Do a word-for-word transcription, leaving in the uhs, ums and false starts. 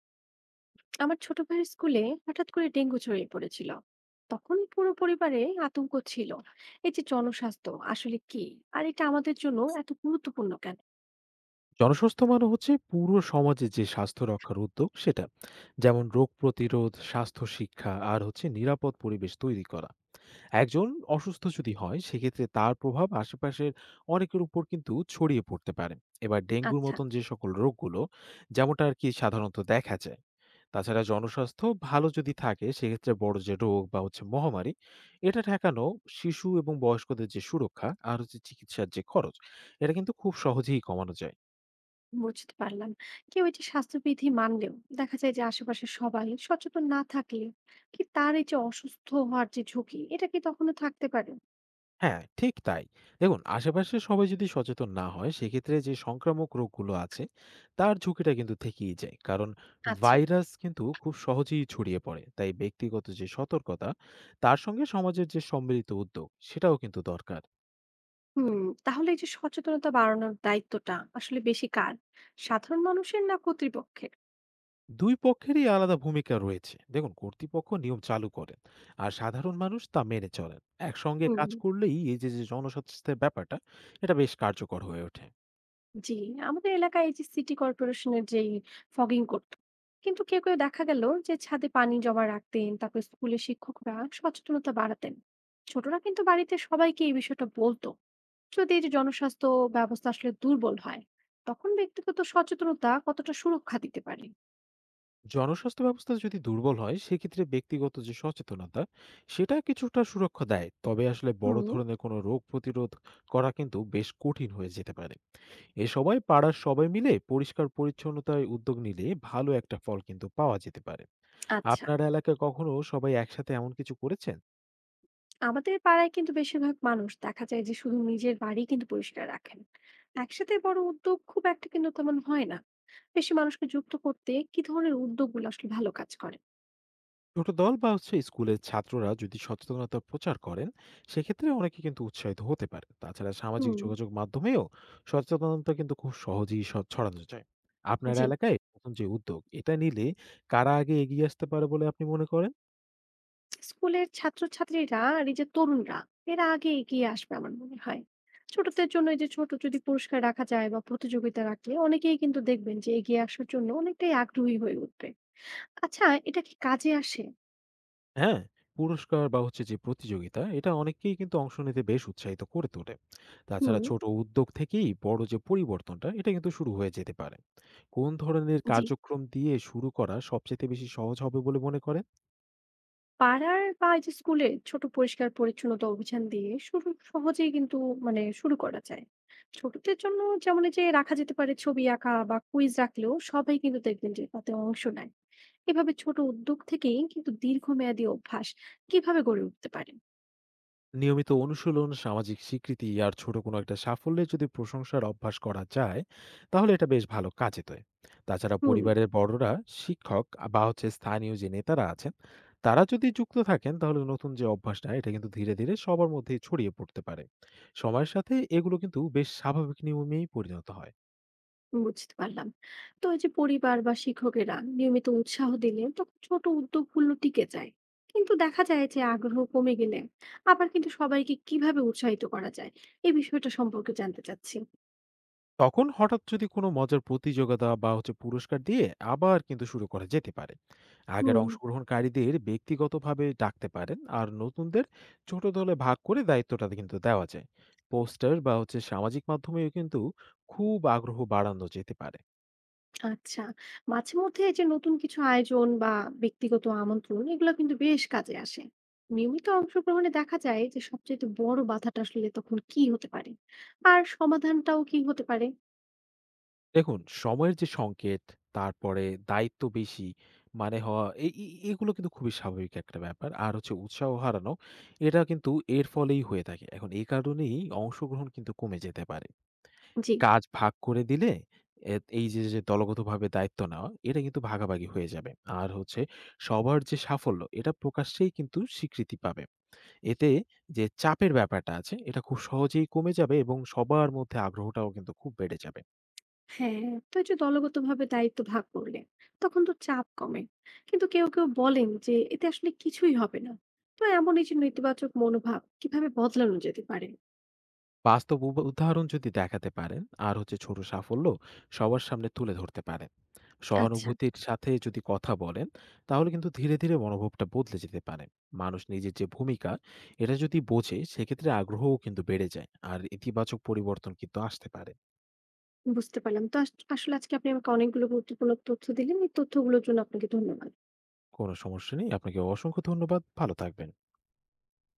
আমার ছোট ভাইয়ের স্কুলে হঠাৎ করে ডেঙ্গু ছড়িয়ে পড়েছিল। তখন পুরো পরিবারে আতঙ্ক ছিল। এই যে জনস্বাস্থ্য আসলে কি, আর এটা আমাদের জন্য এত গুরুত্বপূর্ণ কেন? জনস্বাস্থ্য মানে হচ্ছে পুরো সমাজে যে স্বাস্থ্য রক্ষার উদ্যোগ সেটা, যেমন রোগ প্রতিরোধ, স্বাস্থ্য শিক্ষা আর হচ্ছে নিরাপদ পরিবেশ তৈরি করা। একজন অসুস্থ যদি হয় সেক্ষেত্রে তার প্রভাব আশেপাশের অনেকের উপর কিন্তু ছড়িয়ে পড়তে পারে। এবার ডেঙ্গুর আচ্ছা, মতন যে সকল রোগগুলো যেমনটা আর কি সাধারণত দেখা যায়। তাছাড়া জনস্বাস্থ্য ভালো যদি থাকে সেক্ষেত্রে বড় যে রোগ বা হচ্ছে মহামারী এটা ঠেকানো, শিশু এবং বয়স্কদের যে সুরক্ষা আর হচ্ছে চিকিৎসার যে খরচ, এটা কিন্তু খুব সহজেই কমানো যায়। বুঝতে পারলাম। কেউ এই যে স্বাস্থ্যবিধি মানলেও দেখা যায় যে আশেপাশে সবাই সচেতন না থাকলে কি তার এই যে অসুস্থ হওয়ার যে ঝুঁকি এটা কি তখনো থাকতে পারে? হ্যাঁ, ঠিক তাই। দেখুন আশেপাশে সবাই যদি সচেতন না হয় সেক্ষেত্রে যে সংক্রামক রোগগুলো আছে তার ঝুঁকিটা কিন্তু থেকেই যায়। কারণ আচ্ছা। ভাইরাস কিন্তু খুব সহজেই ছড়িয়ে পড়ে। তাই ব্যক্তিগত যে সতর্কতা তার সঙ্গে সমাজের যে সম্মিলিত উদ্যোগ সেটাও কিন্তু দরকার। হুম। তাহলে এই যে সচেতনতা বাড়ানোর দায়িত্বটা আসলে বেশি কার, সাধারণ মানুষের না কর্তৃপক্ষের? দুই পক্ষেরই আলাদা ভূমিকা রয়েছে। দেখুন কর্তৃপক্ষ নিয়ম চালু করেন, আর সাধারণ মানুষ তা মেনে চলেন। একসঙ্গে হুম। কাজ করলেই এই যে, যে জনস্বাস্থ্যের ব্যাপারটা এটা বেশ কার্যকর হয়ে ওঠে। জি। আমাদের এলাকায় এই যে সিটি কর্পোরেশনের যেই ফগিং করতো, কিন্তু কেউ কেউ দেখা গেল যে ছাদে পানি জমা রাখতেন। তারপর স্কুলের শিক্ষকরা সচেতনতা বাড়াতেন, ছোটরা কিন্তু বাড়িতে সবাইকে এই বিষয়টা বলতো। যদি এই যে জনস্বাস্থ্য ব্যবস্থা আসলে দুর্বল হয়, তখন ব্যক্তিগত সচেতনতা কতটা সুরক্ষা দিতে পারে? জনস্বাস্থ্য ব্যবস্থা যদি দুর্বল হয় সেক্ষেত্রে ব্যক্তিগত যে সচেতনতা সেটা কিছুটা সুরক্ষা দেয়, তবে আসলে বড় হুম। ধরনের কোনো রোগ প্রতিরোধ করা কিন্তু বেশ কঠিন হয়ে যেতে পারে। এ সময় পাড়ার সবাই মিলে পরিষ্কার পরিচ্ছন্নতায় উদ্যোগ নিলে ভালো একটা ফল কিন্তু পাওয়া যেতে পারে। আচ্ছা। আপনার এলাকায় কখনো সবাই একসাথে এমন কিছু করেছেন? আমাদের পাড়ায় কিন্তু বেশিরভাগ মানুষ দেখা যায় যে শুধু নিজের বাড়ি কিন্তু পরিষ্কার রাখেন, একসাথে বড় উদ্যোগ খুব একটা কিন্তু তেমন হয় না। বেশি মানুষকে যুক্ত করতে কি ধরনের উদ্যোগগুলো আসলে ভালো কাজ করে? ছোট দল বা হচ্ছে স্কুলের ছাত্ররা যদি সচেতনতা প্রচার করেন সেক্ষেত্রে অনেকে কিন্তু উৎসাহিত হতে পারে। তাছাড়া সামাজিক হুম। যোগাযোগ মাধ্যমেও সচেতনতা কিন্তু খুব সহজেই স- ছড়ানো যায়। আপনার জি। এলাকায় প্রথম যে উদ্যোগ এটা নিলে কারা আগে এগিয়ে আসতে পারে বলে আপনি মনে করেন? স্কুলের ছাত্রছাত্রীরা আর এই যে তরুণরা, এরা আগে এগিয়ে আসবে আমার মনে হয়। ছোটদের জন্য এই যে ছোট যদি পুরস্কার রাখা যায় বা প্রতিযোগিতা রাখলে অনেকেই কিন্তু দেখবেন যে এগিয়ে আসার জন্য অনেকটাই আগ্রহী হয়ে উঠবে। আচ্ছা, এটা কি কাজে আসে? হ্যাঁ, পুরস্কার বা হচ্ছে যে প্রতিযোগিতা এটা অনেককেই কিন্তু অংশ নিতে বেশ উৎসাহিত করে তোলে। তাছাড়া হুম। ছোট উদ্যোগ থেকেই বড় যে পরিবর্তনটা এটা কিন্তু শুরু হয়ে যেতে পারে। কোন ধরনের জি। কার্যক্রম দিয়ে শুরু করা সবচেয়ে বেশি সহজ হবে বলে মনে করেন? পাড়ার বা এই যে স্কুলে ছোট পরিষ্কার পরিচ্ছন্নতা অভিযান দিয়ে শুরু সহজেই কিন্তু মানে শুরু করা যায়। ছোটদের জন্য যেমন এই যে রাখা যেতে পারে ছবি আঁকা বা কুইজ রাখলেও সবাই কিন্তু দেখবেন যে তাতে অংশ নেয়। এভাবে ছোট উদ্যোগ থেকেই কিন্তু দীর্ঘমেয়াদী অভ্যাস কিভাবে গড়ে উঠতে পারে? নিয়মিত অনুশীলন, সামাজিক স্বীকৃতি আর ছোট কোনো একটা সাফল্যে যদি প্রশংসার অভ্যাস করা যায় তাহলে এটা বেশ ভালো কাজে দেয়। তাছাড়া হুম। পরিবারের বড়রা, শিক্ষক, বা হচ্ছে স্থানীয় যে নেতারা আছেন তারা যদি যুক্ত থাকেন তাহলে নতুন যে অভ্যাসটা এটা কিন্তু ধীরে ধীরে সবার মধ্যে ছড়িয়ে পড়তে পারে। সময়ের সাথে এগুলো কিন্তু বেশ স্বাভাবিক নিয়মেই পরিণত হয়। বুঝতে পারলাম। তো এই যে পরিবার বা শিক্ষকেরা নিয়মিত উৎসাহ দিলে তখন ছোট উদ্যোগগুলো টিকে যায়, কিন্তু দেখা যায় যে আগ্রহ কমে গেলে আবার কিন্তু সবাইকে কিভাবে উৎসাহিত করা যায়, এই বিষয়টা সম্পর্কে জানতে চাচ্ছি। তখন হঠাৎ যদি কোনো মজার প্রতিযোগিতা বা হচ্ছে পুরস্কার দিয়ে আবার কিন্তু শুরু করা যেতে পারে। আগের হুম। অংশগ্রহণকারীদের ব্যক্তিগতভাবে ডাকতে পারেন, আর নতুনদের ছোট দলে ভাগ করে দায়িত্বটা কিন্তু দেওয়া যায়। পোস্টার বা হচ্ছে সামাজিক মাধ্যমেও কিন্তু খুব আগ্রহ বাড়ানো যেতে পারে। আচ্ছা। মাঝে মধ্যে এই যে নতুন কিছু আয়োজন বা ব্যক্তিগত আমন্ত্রণ এগুলো কিন্তু বেশ কাজে আসে। নিয়মিত অংশগ্রহণে দেখা যায় যে সবচেয়ে বড় বাধাটা আসলে তখন কি হতে পারে, আর সমাধানটাও কি হতে পারে? দেখুন সময়ের যে সংকেত, তারপরে দায়িত্ব বেশি মানে হওয়া এই, এগুলো কিন্তু খুবই স্বাভাবিক একটা ব্যাপার। আর হচ্ছে উৎসাহ হারানো, এটা কিন্তু এর ফলেই হয়ে থাকে। এখন এই কারণেই অংশগ্রহণ কিন্তু কমে যেতে পারে। জি। কাজ ভাগ করে দিলে এ এই যে, যে দলগতভাবে দায়িত্ব নেওয়া, এটা কিন্তু ভাগাভাগি হয়ে যাবে। আর হচ্ছে সবার যে সাফল্য, এটা প্রকাশ্যেই কিন্তু স্বীকৃতি পাবে। এতে যে চাপের ব্যাপারটা আছে, এটা খুব সহজেই কমে যাবে এবং সবার মধ্যে আগ্রহটাও কিন্তু খুব বেড়ে যাবে। হ্যাঁ। তো এই যে দলগতভাবে দায়িত্ব ভাগ করলে তখন তো চাপ কমে, কিন্তু কেউ কেউ বলেন যে এতে আসলে কিছুই হবে না। তো এমন এই যে নেতিবাচক মনোভাব কিভাবে বদলানো যেতে পারে? বাস্তব উব- উদাহরণ যদি দেখাতে পারেন আর হচ্ছে ছোট সাফল্য সবার সামনে তুলে ধরতে পারেন, আচ্ছা, সহানুভূতির সাথে যদি কথা বলেন তাহলে কিন্তু ধীরে ধীরে মনোভাবটা বদলে যেতে পারে। মানুষ নিজের যে ভূমিকা এটা যদি বোঝে সেক্ষেত্রে আগ্রহও কিন্তু বেড়ে যায় আর ইতিবাচক পরিবর্তন কিন্তু আসতে পারে। বুঝতে পারলাম। তো আস- আসলে আজকে আপনি আমাকে অনেকগুলো গুরুত্বপূর্ণ তথ্য দিলেন। এই তথ্যগুলোর জন্য আপনাকে ধন্যবাদ। কোনো সমস্যা নেই, আপনাকে অসংখ্য ধন্যবাদ, ভালো থাকবেন।